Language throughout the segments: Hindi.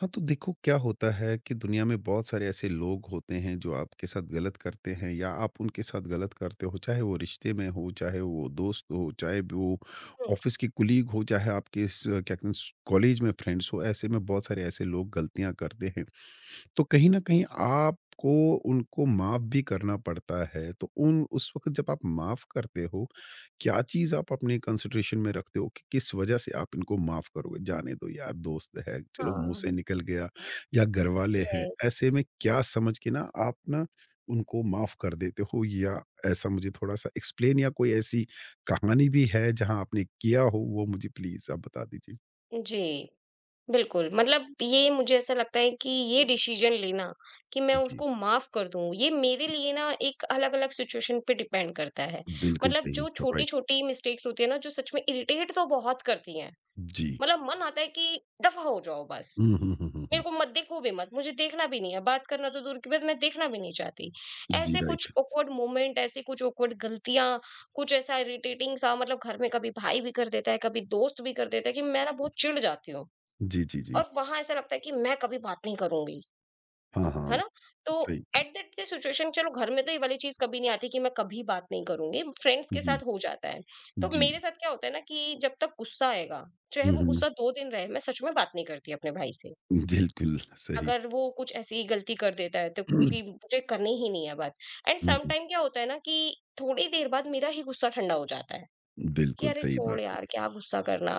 हाँ, तो देखो क्या होता है कि दुनिया में बहुत सारे ऐसे लोग होते हैं जो आपके साथ गलत करते हैं या आप उनके साथ गलत करते हो, चाहे वो रिश्ते में हो, चाहे वो दोस्त हो, चाहे भी वो ऑफ़िस के कलीग हो, चाहे आपके स क्या कहते हैं स कॉलेज में फ्रेंड्स हो, ऐसे में बहुत सारे ऐसे लोग गलतियाँ करते हैं। तो कहीं न कहीं आपको उनको माफ़ भी करना पड़ता है, तो उन उस वक़्त जब आप माफ़ करते हो क्या चीज़ आप अपने कंसिडरेशन में रखते हो कि किस वजह से आप इनको माफ़ करोगे? जाने दो यार, दोस्त है, चलो मुँह हाँ, से निकल गया या घरवाले हैं, यस। ऐसे में क्या समझ के ना आप ना उनको माफ़ कर देते हो या ऐसा मुझे थोड़ा-सा एक्सप्लेन या कोई ऐसी कहानी भी है जहाँ आपने किया हो, वो मुझे प्लीज़ आप बता दीजिए? जी, बिल्कुल, मतलब ये मुझे ऐसा लगता है कि ये डिसीज़न लेना कि मैं जी, उसको माफ़ कर दूँ, ये मेरे लिए ना एक अलग-अलग सिचुएशन पे डिपेंड करता है। बिल्कुल मतलब सही, जो राइट। छोटी-छोटी मिस्टेक्स होती है ना, जो सच में इरिटेट तो बहुत करती हैं। जी। मतलब मन आता है कि दफ़ा हो जाओ बस। हुँ, हुँ, हुँ, हुँ, मेरे हुँ। को मत देखो भी मत, मुझे देखना भी नहीं है, बात करना तो दूर की बात मैं देखना भी नहीं चाहती। जी, ऐसे कुछ राइट। ऑकवर्ड मोमेंट, ऐसी कुछ ऑकवर्ड गलतियाँ, कुछ ऐसा इरिटेटिंग सा मतलब घर में कभी भाई भी कर देता है, कभी दोस्त भी कर देता है कि मैं ना बहुत चिढ़ जाती हूँ। जी, जी, जी। और वहाँ ऐसा लगता है कि मैं कभी बात नहीं करूँगी। हाँ, है हाँ, ना? तो सही। एट दैट द सिचुएशन चलो घर में तो ये वाली चीज़ कभी नहीं आती कि मैं कभी बात नहीं करूँगी, फ्रेंड्स के जी, साथ हो जाता है। तो जी। मेरे साथ क्या होता है ना कि जब तक गुस्सा आएगा, चाहे हुँ, वो हुँ। गुस्सा 2 दिन रहे, मैं सच में बात नहीं करती अपने भाई से। बिल्कुल सही। अगर वो कुछ ऐसी गलती कर देता है तो कि मुझे करनी ही नहीं है बात and hmm, some hmm. Time क्या होता है ना कि थोड़ी देर बाद मेरा ही गुस्सा ठंडा हो जाता है। कि बिल्कुल, अरे सही बात छोड़ है। यार क्या गुस्सा करना,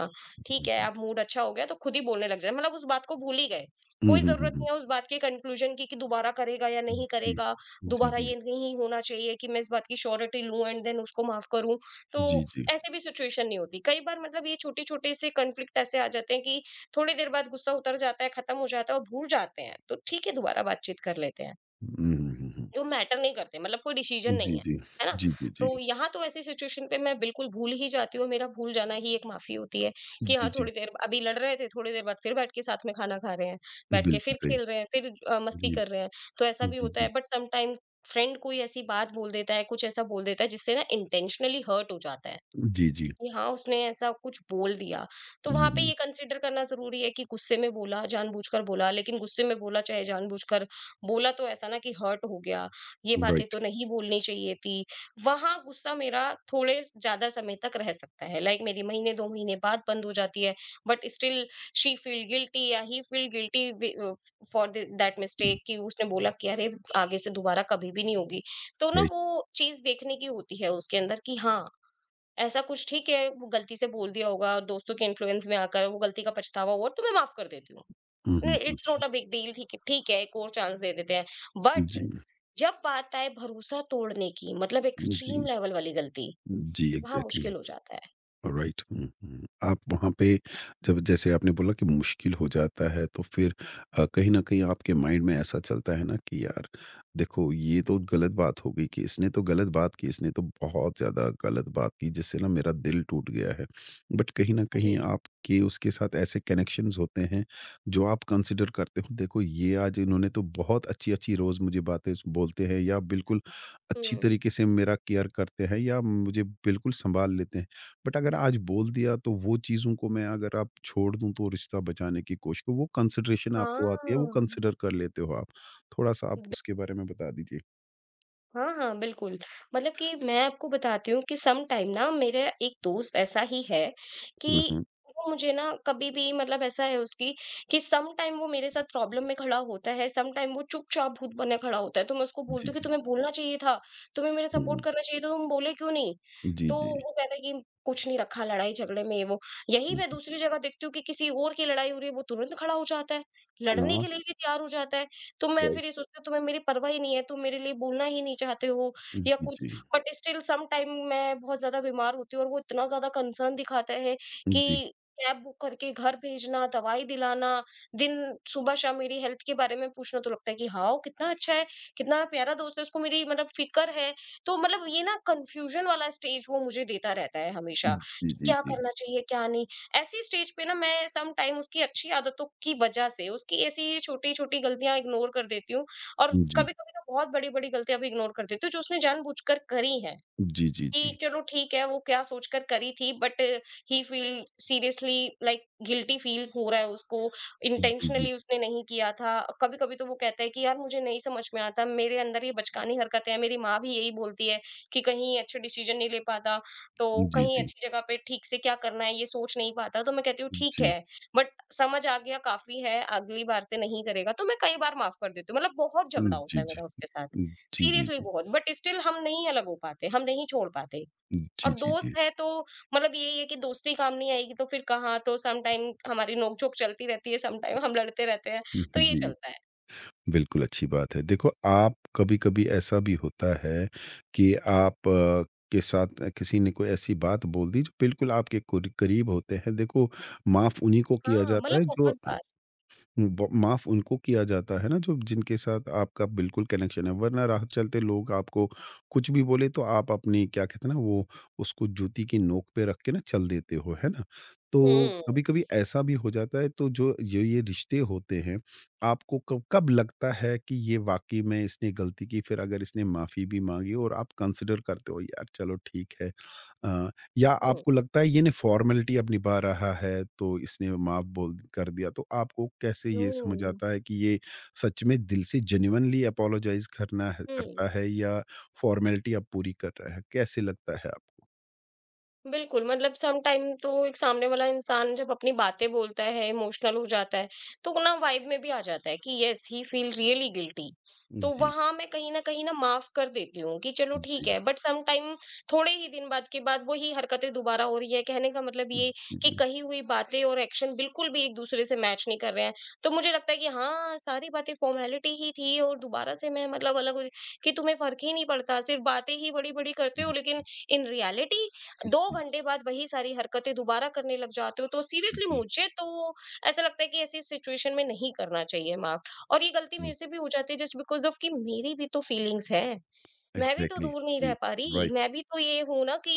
ठीक है अब मूड अच्छा हो गया तो खुद ही बोलने लग जाए मतलब उस बात को भूल ही गए। हुँ, हुँ, कोई हुँ, हुँ, हुँ, ज़रूरत हुँ। नहीं है उस बात के कंक्लूज़न की कि दोबारा करेगा या नहीं जी, करेगा, जी, दोबारा जी, ये नहीं होना चाहिए कि मैं इस बात की श्योरिटी लूँ एंड देन उसको माफ़ करूँ। जी, तो जी। ऐसे भी सिचुएशन नहीं होती। कई बार मतलब ये छोटे-छोटे से कॉन्फ्लिक्ट ऐसे आ जाते हैं कि थोड़ी देर बाद गुस्सा उतर जाता है, खत्म हो जाता है और भूल जाते हैं। तो ठीक है दोबारा बातचीत कर लेते हैं। हुँ, हुँ, हुँ, हुँ। जो मैटर नहीं करते मतलब कोई डिसीजन जी, नहीं है, जी, है ना? जी, जी, तो यहाँ तो ऐसी सिचुएशन पे मैं बिल्कुल भूल ही जाती हूँ, मेरा भूल जाना ही एक माफ़ी होती है जी, कि जी, हाँ, जी, थोड़ी देर अभी लड़ रहे थे, थोड़ी देर बाद फिर बैठ के साथ में खाना खा रहे हैं, बैठ के बिल्कुल फिर सही। खेल रहे हैं, फिर मस्ती जी, कर रहे हैं, तो ऐसा भी जी, होता है जी, बट समटाइम फ्रेंड कोई ऐसी बात बोल देता है, कुछ ऐसा बोल देता है जिससे ना इंटेंशनली हर्ट हो जाता है। जी, जी। कि हाँ, उसने ऐसा कुछ बोल दिया, तो हुँ, वहाँ पे हुँ, ये कंसीडर करना ज़रूरी है कि गुस्से में बोला, जानबूझकर बोला, लेकिन गुस्से में बोला चाहे जानबूझकर, बोला तो ऐसा ना कि हर्ट हो गया, ये बातें राइट, तो नहीं बोलनी चाहिए थी। वहाँ गुस्सा मेरा थोड़े ज़्यादा समय तक रह सकता है, लाइक मेरी महीने 2 महीने बाद बंद हो जाती है, but still she feel guilty या he feel guilty for the that mistake कि उसने बोला कि अरे, आगे से दोबारा कभी भी नहीं होगी। तो ना राइट। वो चीज़ देखने की होती है उसके अंदर कि हाँ, ऐसा कुछ ठीक है, वो गलती से बोल दिया होगा दोस्तों के इन्फ्लुएंस में आकर वो गलती का पछतावा हुआ तो मैं माफ कर देती हूँ। हुँ, हुँ, नहीं हुँ। It's not a big deal ठीक है, एक और चांस दे देते हैं। बट जी, जब बात आए भरोसा तोड़ने की मतलब एक्सट्रीम जी, लेवल वाली गलती, जी, वहाँ एग्ज़ैक्टली। मुश्किल हो जाता है। राइट हुँ, हुँ। आप वहाँ पे जब जैसे आपने बोला कि मुश्किल हो जाता है तो फिर कहीं न कहीं आपके माइंड में ऐसा चलता है ना कि यार देखो ये तो गलत बात हो गई कि इसने तो गलत बात की, इसने तो बहुत ज़्यादा गलत बात की जिससे ना मेरा दिल टूट गया है। बट कहीं न जी। कहीं आपके उसके साथ ऐसे कनेक्शंस होते हैं जो आप कंसीडर करते हो देखो ये आज इन्होंने तो बहुत अच्छी-अच्छी रोज़ मुझे बातें स बोलते हैं या बिल्कुल अच्छी हुँ। तरीके से मेरा केयर करते हैं या मुझे बिल्कुल सँभाल लेते हैं। बट अगर आज बोल दिया तो वो चीज़ों को मैं अगर आप छोड़ दूँ तो रिश्ता बचाने की कोशिश वो कंसिडरेशन आपको आती है, वो हाँ। कंसिडर कर लेते हो आप। थोड़ा-सा आप उसके बारे में बता दीजिए? हाँ, हाँ, बिल्कुल। मतलब कि मैं आपको बताती हूँ कि सम टाइम ना मेरा एक दोस्त ऐसा ही है कि हुँ, हुँ। वो मुझे ना कभी भी मतलब ऐसा है उसकी कि सम टाइम वो मेरे साथ प्रॉब्लम में खड़ा होता है, सम टाइम वो चुपचाप भूत बने खड़ा होता है। तो मैं उसको जी, बोलती हूँ कि जी। तुम्हें बोलना चाहिए था, तुम्हें मेरा सपोर्ट हुँ, करना चाहिए था, तुम बोले क्यों नहीं? जी, तो जी। वो कहता है कि कुछ नहीं रखा लड़ाई झगड़े में ये वो। यही हुँ, मैं हुँ। दूसरी जगह देखती हूँ कि किसी और की लड़ाई हो रही है, वो तुरंत खड़ा हो जाता है, लड़ने हाँ, के लिए भी तैयार हो जाता है। तो मैं राइट। फिर ये सोचती हूँ तुम्हें मेरी परवाह ही नहीं है, तुम मेरे लिए बोलना ही नहीं चाहते हो या जी, कुछ जी। बट स्टिल सम टाइम मैं बहुत ज़्यादा बीमार होती हूँ और वो इतना ज़्यादा कंसर्न दिखाते हैं जी। कि कैब बुक करके घर भेजना, दवाई दिलाना, दिन सुबह शाम मेरी हेल्थ के बारे में पूछना तो लगता है कि हाँ, वो कितना अच्छा है, कितना प्यारा दोस्त है, उसको मेरी मतलब फ़िक्र है। तो मतलब ये ना कन्फ्यूज़न वाला स्टेज वो मुझे देता रहता है हमेशा जी, कि जी, क्या जी। करना चाहिए, क्या नहीं। ऐसी स्टेज पे ना मैं सम टाइम उसकी अच्छी आदतों की वजह से उसकी ऐसी छोटी-छोटी गलतियां इग्नोर कर देती हूँ और जी। कभी-कभी तो बहुत बड़ी-बड़ी गलतियां भी इग्नोर कर देती हूँ जो उसने जानबूझकर करी हैं जी, जी, कि जी। चलो ठीक है वो क्या सोचकर करी थी but he feel seriously like guilty feel हो रहा है उसको जी, जी। इंटेंशनली उसने नहीं किया था। कभी कभी तो वो कहता है कि यार मुझे नहीं समझ में आता, मेरे अंदर ये बचकानी हरकतें हैं, मेरी माँ भी यही बोलती है कि कहीं अच्छे डिसीजन नहीं ले पाता, तो जी, कहीं जी। अच्छी जगह पे ठीक से क्या करना है ये सोच नहीं पाता, तो मैं कहती हूँ ठीक जी। है बट समझ आ गया काफी है, अगली बार से नहीं करेगा तो मैं कई बार माफ कर देती हूँ, मतलब बहुत जी, झगड़ा होता जी। है मेरा उसके साथ, जी, जी, सीरियसली जी। बहुत, बट स्टिल हम नहीं अलग हो पाते, हम नहीं छोड़ पाते। और जी, जी, जी। दोस्त है तो मतलब यही है कि दोस्ती काम नहीं आएगी तो फिर कहाँ, तो सम टाइम हमारी नोक-झोक चलती रहती है, सम टाइम हम लड़ते रहते हैं, जी। तो जी ये जी चलता है। बिल्कुल, अच्छी बात है। देखो, आप कभी-कभी ऐसा भी होता है कि आप के साथ किसी ने कोई ऐसी बात बोल दी जो बिल्कुल आपके कुर करीब होते हैं। देखो, माफ़ उन्हीं को किया हाँ, जाता मतलब है जो बहुत बार। ब माफ़ उनको किया जाता है ना जो जिनके साथ आपका बिल्कुल कनेक्शन है वरना राह चलते लोग आपको कुछ भी बोले तो आप अपनी क्या कहते हैं ना वो उसको जूती की नोक पे रख के ना चल देते हो, है ना? तो हुँ, कभी-कभी ऐसा भी हो जाता है तो जो ये रिश्ते होते हैं, आपको कब कब लगता है कि ये वाक़ई में इसने गलती की फिर अगर इसने माफ़ी भी माँगी और आप कंसिडर करते हो यार चलो ठीक है अ, या हुँ, आपको लगता है ये ना फॉर्मेलिटी अब निभा रहा है, तो इसने माफ़ बोल कर दिया, तो आपको कैसे ये समझ हुँ, आता है कि ये सच में दिल से जेन्युइनली अपोलोजाइज़ करना है हुँ। करता है या फॉर्मेलिटी अब पूरी कर रहा है? कैसे लगता है आपको? बिल्कुल, मतलब सम टाइम तो एक सामने वाला इंसान जब अपनी बातें बोलता है, इमोशनल हो जाता है, तो ना वाइब में भी आ जाता है कि yes, he feel really guilty. तो जी, वहाँ मैं कहीं न कहीं ना माफ़ कर देती हूँ कि चलो ठीक जी, है, बट सम टाइम थोड़े ही दिन बाद के बाद वही हरकतें दोबारा हो रही है। कहने का मतलब ये जी, कि जी। कही हुई बातें और एक्शन बिल्कुल भी एक-दूसरे से मैच नहीं कर रहे हैं। तो मुझे लगता है कि हाँ, सारी बातें फ़ॉर्मेलिटी ही थी और दोबारा से मैं मतलब अलग हो रही कि तुम्हें फ़र्क ही नहीं पड़ता, सिर्फ़ बातें ही बड़ी-बड़ी करते हो हुँ, लेकिन इन रियलिटी 2 जी, घंटे बाद वही सारी हरकतें दोबारा करने लग जाते हो, तो जी, सीरियसली जी। मुझे तो ऐसा लगता है कि ऐसी सिचुएशन में नहीं करना चाहिए माफ़। और ये गलती हुँ, मेरे से भी हो जाती है जस्ट बिकॉज़ ऑफ़ कि मेरी भी तो फीलिंग्स हैं। मैं भी तो एग्ज़ैक्टली, दूर नहीं रह जी, पा रही। राइट। मैं भी तो ये हूँ ना कि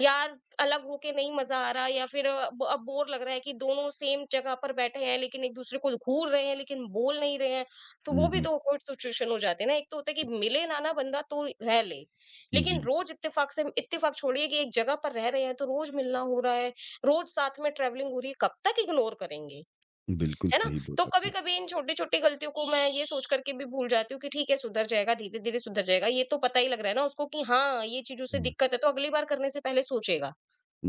यार अलग होके नहीं मज़ा आ रहा, या फिर ब अब बोर लग रहा है कि दोनों सेम जगह पर बैठे हैं लेकिन एक-दूसरे को घूर रहे हैं, लेकिन बोल नहीं रहे हैं। तो हुँ, वो भी हुँ। तो ऑकवर्ड सिचुएशन हो जाती है ना। एक तो होता है कि मिले ना ना, बंदा तो रह ले। लेकिन जी, रोज़ इत्तेफ़ाक से, इत्तेफ़ाक छोड़िए कि एक जगह पर रह रहे हैं तो रोज़ मिलना हो रहा है, रोज़ साथ में ट्रैवलिंग हो रही है, कब तक इग्नोर करेंगे? बिल्कुल है ना? सही तो बोला आपने। कभी-कभी इन छोटी-छोटी गलतियों को मैं ये सोच कर के भी भूल जाती हूँ कि ठीक है सुधर जाएगा, धीरे-धीरे सुधर जाएगा। ये तो पता ही लग रहा है ना उसको कि हाँ, ये चीज़ उसे हुँ, दिक्कत है, तो अगली बार करने से पहले सोचेगा।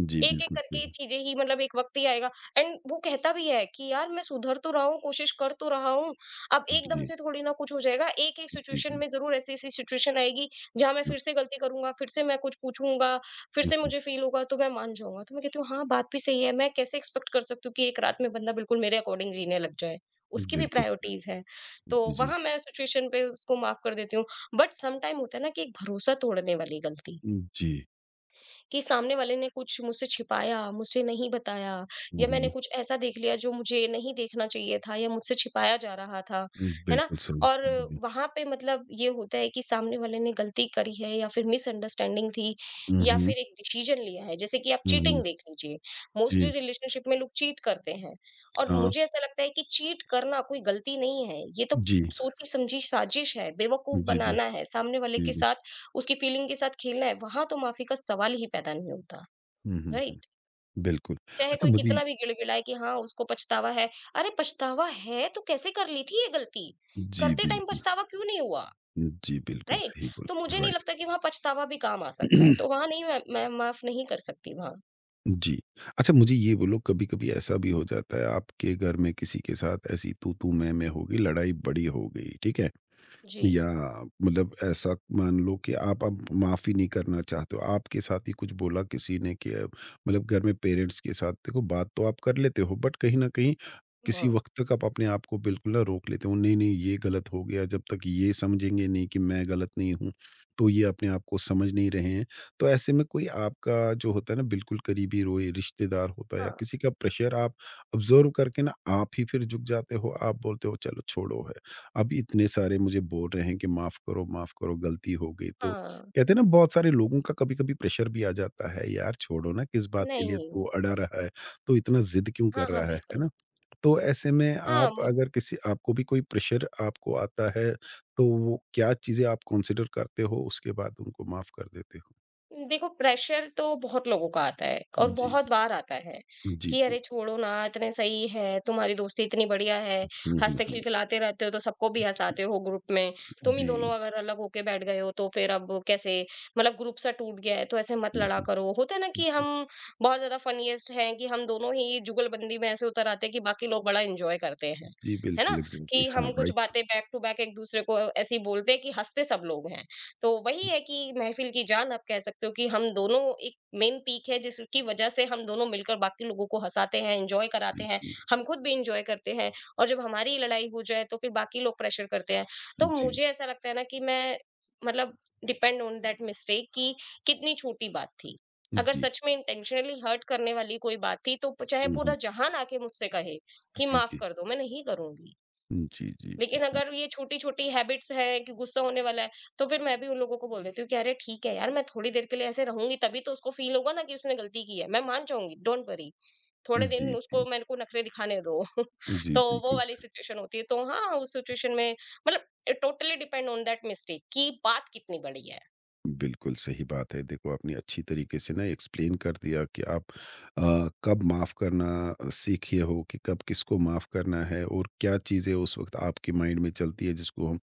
जी, एक-एक बिल्कुल करके सही। चीज़ें ही मतलब एक वक़्त ही आएगा, एंड वो कहता भी है कि यार मैं सुधर तो रहा हूँ, कोशिश कर तो रहा हूँ, अब एकदम जी, से थोड़ी ना कुछ हो जाएगा। एक-एक जी, सिचुएशन जी। में ज़रूर ऐसी-ऐसी सिचुएशन आएगी जहाँ मैं हुँ, फिर से गलती करूँगा, फिर से मैं कुछ पूछूँगा, फिर हुँ, से हुँ। मुझे फ़ील होगा, तो मैं मान जाऊँगा। तो मैं कहती हूँ हाँ, बात भी सही है। मैं कैसे एक्सपेक्ट कर सकती हूँ कि एक रात में बंदा बिल्कुल मेरे अकॉर्डिंग जीने लग जाए। उसकी भी बिल्कुल सही। प्रायोरिटीज़ हैं। तो जी, जी। वहाँ मैं सिचुएशन पे उसको माफ़ कर देती हूँ। बट सम टाइम होता है ना कि एक भरोसा तोड़ने वाली गलती। जी। कि सामने वाले ने कुछ मुझसे छिपाया, मुझसे नहीं बताया, हुँ, या मैंने हुँ। कुछ ऐसा देख लिया जो मुझे नहीं देखना चाहिए था, या मुझसे छिपाया जा रहा था, है ना? बिल्कुल सही। और जी। वहाँ पे मतलब ये होता है कि सामने वाले ने गलती करी है, या फिर मिसअंडरस्टैंडिंग थी, हुँ, या हुँ। फिर एक डिसीजन लिया है। जैसे कि आप हुँ, हुँ। चीटिंग देख लीजिए, मोस्टली जी, रिलेशनशिप में लोग चीट करते हैं और हाँ। मुझे ऐसा लगता है कि चीट करना कोई गलती नहीं है। ये तो जी। सोची-समझी साजिश है, बेवकूफ जी, जी। बनाना है, सामने वाले जी, के जी। साथ, उसकी फीलिंग के साथ खेलना है, वहाँ तो माफ़ी का सवाल ही पैदा नहीं होता, हुँ, हुँ, हुँ। राइट? बिल्कुल। चाहे अच्छा कोई मुझे कितना भी गिड़गिड़ाए कि हाँ, उसको पछतावा है। अरे पछतावा है तो कैसे कर ली थी ये गलती? जी, करते टाइम बिल्कुल। पछतावा क्यों नहीं हुआ, जी, बिल्कुल राइट? सही तो बोला। मुझे नहीं राइट। लगता कि वहाँ पछतावा भी काम आ सकता है, तो वहाँ नहीं मैं माफ़ नहीं कर सकती वहाँ। जी। अच्छा मुझे ये बोलो कभी-कभी ऐसा भी हो जाता है आपके घर में किसी के साथ ऐसी तू-तू मैं-मैं हो गई, लड़ाई बड़ी हो गई, ठीक है? जी। या मतलब ऐसा मान लो कि आप अब माफ़ी नहीं करना चाहते हो। आपके साथ ही कुछ बोला किसी ने कि मतलब घर में पेरेंट्स के साथ देखो बात तो आप कर लेते हो बट कहीं न कहीं किसी हाँ, वक़्त तक आप अपने आप को बिल्कुल ना रोक लेते हो। नहीं, नहीं ये गलत हो गया जब तक ये समझेंगे नहीं कि मैं गलत नहीं हूँ, तो ये अपने आप को समझ नहीं रहे हैं। तो ऐसे में कोई आपका जो होता है ना बिल्कुल करीबी रोए रिश्तेदार होता है या हाँ, किसी का प्रेशर आप ऑब्ज़र्व करके ना आप ही फिर झुक जाते हो, आप बोलते हो चलो छोड़ो है। अब इतने सारे मुझे बोल रहे हैं कि माफ़ करो, गलती हो गई तो हाँ। कहते हैं ना बहुत सारे लोगों का कभी-कभी प्रेशर भी आ जाता है, यार छोड़ो ना किस बात के लिए तू नहीं। अड़ा रहा है, तू इतना ज़िद क्यों हाँ, कर हाँ, रहा है बिल्कुल। ना? तो ऐसे में हाँ, आप मुझ अगर किसी आपको भी कोई प्रेशर आपको आता है, तो वो क्या चीज़ें आप कंसीडर करते हो उसके बाद उनको माफ़ कर देते हो? देखो प्रेशर तो बहुत लोगों का आता है और जी, बहुत बार आता है जी, कि जी। अरे छोड़ो ना इतने सही है तुम्हारी दोस्ती इतनी बढ़िया है। हुँ, हुँ, हंसते हुँ। खिलखिलाते रहते हो तो सबको भी जी, हंसाते हो ग्रुप में। तुम ही दोनों जी। अगर अलग होके बैठ गए हो तो फिर अब कैसे मतलब ग्रुप सा टूट गया है तो ऐसे मत हुँ, लड़ा हुँ, करो। होता है ना कि हुँ। हम बहुत ज्यादा फनीएस्ट हैं कि हम दोनों ही जुगलबंदी में ऐसे उतर आते हैं कि बाकी लोग बड़ा एंजॉय करते हैं, जी, है ना, बिल्कुल एग्ज़ैक्टली कि हाँ, हम कुछ राइट। बातें बैक टू बैक एक दूसरे को ऐसी बोलते हैं कि हंसते सब लोग हैं। तो वही है कि महफ़िल की जान आप कह सकते हो कि हम दोनों एक मेन पीक है जिसकी वज़ह से हम दोनों मिलकर बाकी लोगों को हँसाते हैं, एन्जॉय कराते जी, हैं, जी, हम खुद भी एन्जॉय करते हैं और जब हमारी लड़ाई हो जाए तो फिर बाकी लोग प्रेशर करते हैं। तो जी, मुझे ऐसा लगता है ना कि मैं मतलब डिपेंड ऑन दैट मिस्टेक कि कितनी छोटी बात थी। अगर जी। सच में इंटेंशनली हर्ट करने वाली कोई बात थी तो प चाहे हुँ, हुँ। पूरा जहान आके मुझसे कहे कि जी, माफ़ जी। कर दो, मैं नहीं करूँगी। जी, जी, लेकिन बिल्कुल। अगर ये छोटी-छोटी हैबिट्स हैं कि गुस्सा होने वाला है, तो फिर मैं भी उन लोगों को बोल देती हूँ कि अरे ठीक है यार, मैं थोड़ी देर के लिए ऐसे रहूँगी तभी तो उसको फ़ील होगा ना कि उसने गलती की है। मैं मान जाऊँगी, डोंट वरी। थोड़े दिन जी, जी। उसको मेरे को नखरे दिखाने दो। जी, तो वो बिल्कुल। वाली सिचुएशन होती है। तो हाँ, उस सिचुएशन में मतलब totally depend on that mistake कि बात कितनी बड़ी है। बिल्कुल सही बात है। देखो, आपने अच्छी तरीके से ना एक्सप्लेन कर दिया कि आप कब माफ़ करना सीखे हो कि कब किसको माफ़ करना है और क्या चीज़ें उस वक़्त आपके माइंड में चलती है जिसको हम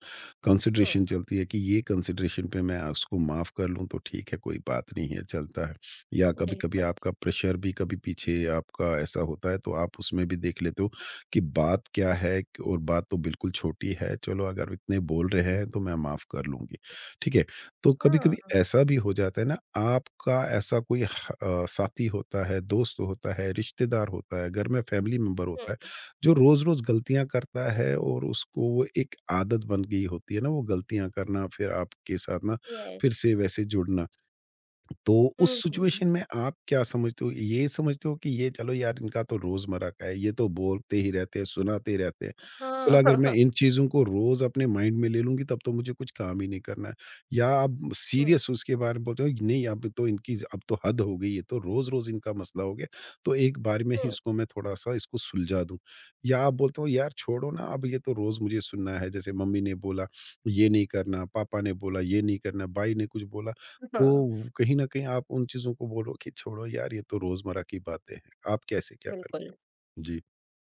हुँ, कंसिडरेशन चलती है कि ये कंसिडरेशन पे मैं उसको माफ़ कर लूँ तो ठीक है, कोई बात नहीं है, चलता है। या कभी-कभी बिल्कुल। आपका प्रेशर भी कभी पीछे आपका ऐसा होता है तो आप उसमें भी देख लेते हो कि बात क्या है और बात तो बिल्कुल छोटी है, चलो अगर इतने बोल रहे हैं तो मैं माफ़ कर लूँगी। ठीक है। तो कभी-कभी हाँ, ऐसा भी हो जाता है ना, आपका ऐसा कोई साथी होता है, दोस्त होता है, रिश्तेदार होता है, घर में फैमिली मेंबर हुँ, होता है, जो रोज़-रोज़ गलतियाँ करता है और उसको वो एक आदत बन गई होती है ना, वो गलतियाँ करना, फिर आपके साथ ना फिर येस। से वैसे जुड़ना। तो उस हुँ, हुँ। सिचुएशन में आप क्या समझते हो? ये समझते हो कि ये चलो यार इनका तो रोज़मर्रा का है, ये तो बोलते ही रहते हैं, सुनाते ही रहते हैं। चलो हाँ। अगर मैं इन चीज़ों को रोज़ अपने माइंड में ले लूँगी तब तो मुझे कुछ काम ही नहीं करना है। या आप हुँ, सीरियस उसके बारे में बोलते हो कि नहीं अब तो हद हो गई है, तो रोज़-रोज़ इनका मसला हो गया, तो एक बार में ही हुँ। इसको मैं थोड़ा-सा इसको सुलझा दूँ। या आप बोलते हो यार छोड़ो ना अब ये तो रोज़ मुझे सुनना है, जैसे मम्मी ने बोला ये नहीं करना, पापा ने बोला ये नहीं करना, भाई ने कुछ बोला हाँ, तो कहीं न कहीं आप उन चीज़ों को बोलो कि छोड़ो यार ये तो रोज़मर्रा की बातें हैं। आप कैसे क्या कर बिल्कुल। लेते हो? जी।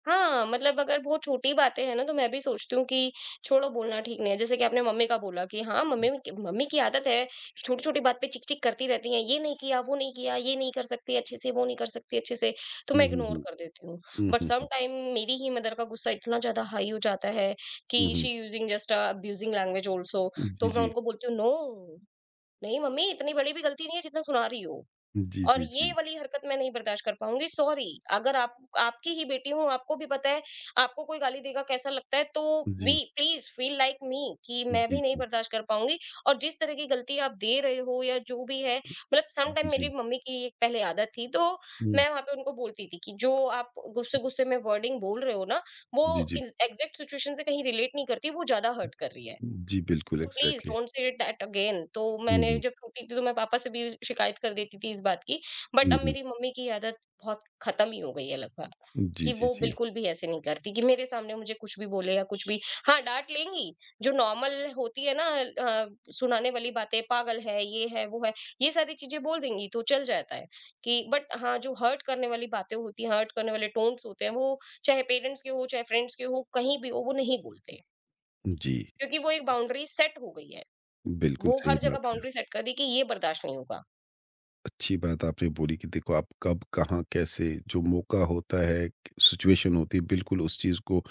हाँ, मतलब अगर बहुत छोटी बातें हैं ना, तो मैं भी सोचती हूँ कि छोड़ो बोलना ठीक नहीं है। जैसे कि आपने मम्मी का बोला कि हाँ, मम्मी की आदत है, छोटी-छोटी बात पे चिक-चिक करती रहती हैं, "ये नहीं किया, वो नहीं किया, ये नहीं कर सकती अच्छे से, वो नहीं कर सकती अच्छे से।" तो मैं हुँ, हुँ, इग्नोर हुँ। कर देती हूँ। हुँ, but hmm, some hmm. Time मेरी ही मदर का गुस्सा इतना ज़्यादा हाई हो जाता है हुँ, कि हुँ। She using just abusing language also. जी, तो मैं जी। उनको बोलती हूँ, "नो, नहीं मम्मी इतनी बड़ी भी गलती नहीं है जितना सुना रही हो।" जी, और जी, ये जी। वाली हरकत मैं नहीं बर्दाश्त कर पाऊँगी, सॉरी अगर आप आपकी ही बेटी हूँ, आपको भी पता है, आपको कोई गाली देगा कैसा लगता है, तो बी जी, प्लीज़ फ़ील लाइक मी कि मैं जी, भी नहीं जी, बर्दाश्त कर पाऊँगी। और जिस तरह की गलती आप दे रहे हो या जो भी है, मतलब सम टाइम मेरी जी। मम्मी की एक पहले आदत थी, तो हुँ। मैं वहाँ पे उनको बोलती थी कि जो आप गुस्से-गुस्से में वर्डिंग बोल रहे हो ना, जी, वो जी। इस एग्ज़ैक्ट सिचुएशन से कहीं रिलेट नहीं करती, वो ज़्यादा हर्ट कर रही है। जी, बिल्कुल तो please exactly. Don't say it that again. तो हुँ, मैंने हुँ। जब छोटी थी तो मैं पापा से भी शिकायत कर देती थी इस बात की। बट हुँ, अब हुँ। मेरी मम्मी की आदत बहुत ख़त्म ही हो गई है लगभग, जी, कि जी, वो जी। बिल्कुल भी ऐसे नहीं करती कि मेरे सामने मुझे कुछ भी बोले या कुछ भी। हाँ, डाँट लेंगी, जो नॉर्मल होती है ना सुनाने वाली बातें, पागल है, ये है, वो है, ये सारी चीज़ें बोल देंगी तो चल जाता है कि बट हाँ, जो हर्ट करने वाली बातें होती हैं, हर्ट करने वाले टोन्स होते हैं, वो चाहे पेरेंट्स के हो, चाहे फ्रेंड्स के हो, कहीं भी हो, वो नहीं बोलते। जी, क्योंकि वो एक बाउंड्री सेट हो गई है। बिल्कुल वो सही हर जगह बात है। बाउंड्री सेट कर दी कि ये बर्दाश्त नहीं होगा। अच्छी बात आपने बोली कि देखो आप कब कहाँ कैसे जो मौका होता है सिचुएशन होती है बिल्कुल उस चीज़ को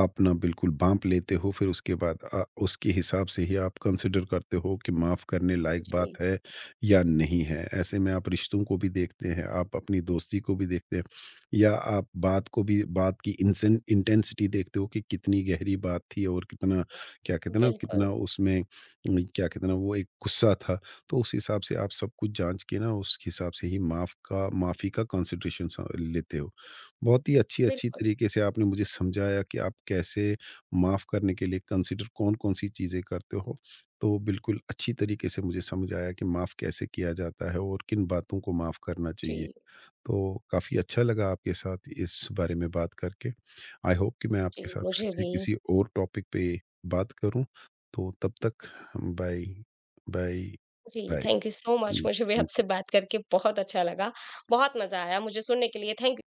आप ना बिल्कुल बांप लेते हो फिर उसके बाद उसके हिसाब से ही आप कंसिडर करते हो कि माफ़ करने लायक जी, बात है या नहीं है ऐसे में आप रिश्तों को भी देखते हैं आप अपनी दोस्ती को भी देखते हैं या आप बात को भी बात की इंटेंसिटी देखते हो कि कितनी गहरी बात थी और कितना क्या कहते हैं ना बिल्कुल, कितना उसमें क्या कहते हैं ना वो एक गुस्सा था तो उस हिसाब से आप सब कुछ जाँच के ना उस हिसाब से ही माफ़ी का कंसिडरेशन स लेते हो। बहुत ही अच्छी-अच्छी बिल्कुल। तरीके से आपने मुझे समझाया कि आप कैसे माफ़ करने के लिए कंसिडर कौन-कौन सी चीज़ें करते हो। तो बिल्कुल अच्छी तरीके से मुझे समझ आया कि माफ़ कैसे किया जाता है और किन बातों को माफ़ करना चाहिए। जी, तो काफ़ी अच्छा लगा आपके साथ इस बारे में बात करके। आई होप कि मैं जी, आपके साथ फिर मुझे से भी। किसी और टॉपिक पे बात करूँ। तो तब तक बाय, बाय, जी, bye. Thank you so much मुझे भी Thank आपसे you. बात करके बहुत अच्छा लगा। बहुत मज़ा आया। मुझे सुनने के लिए थैंक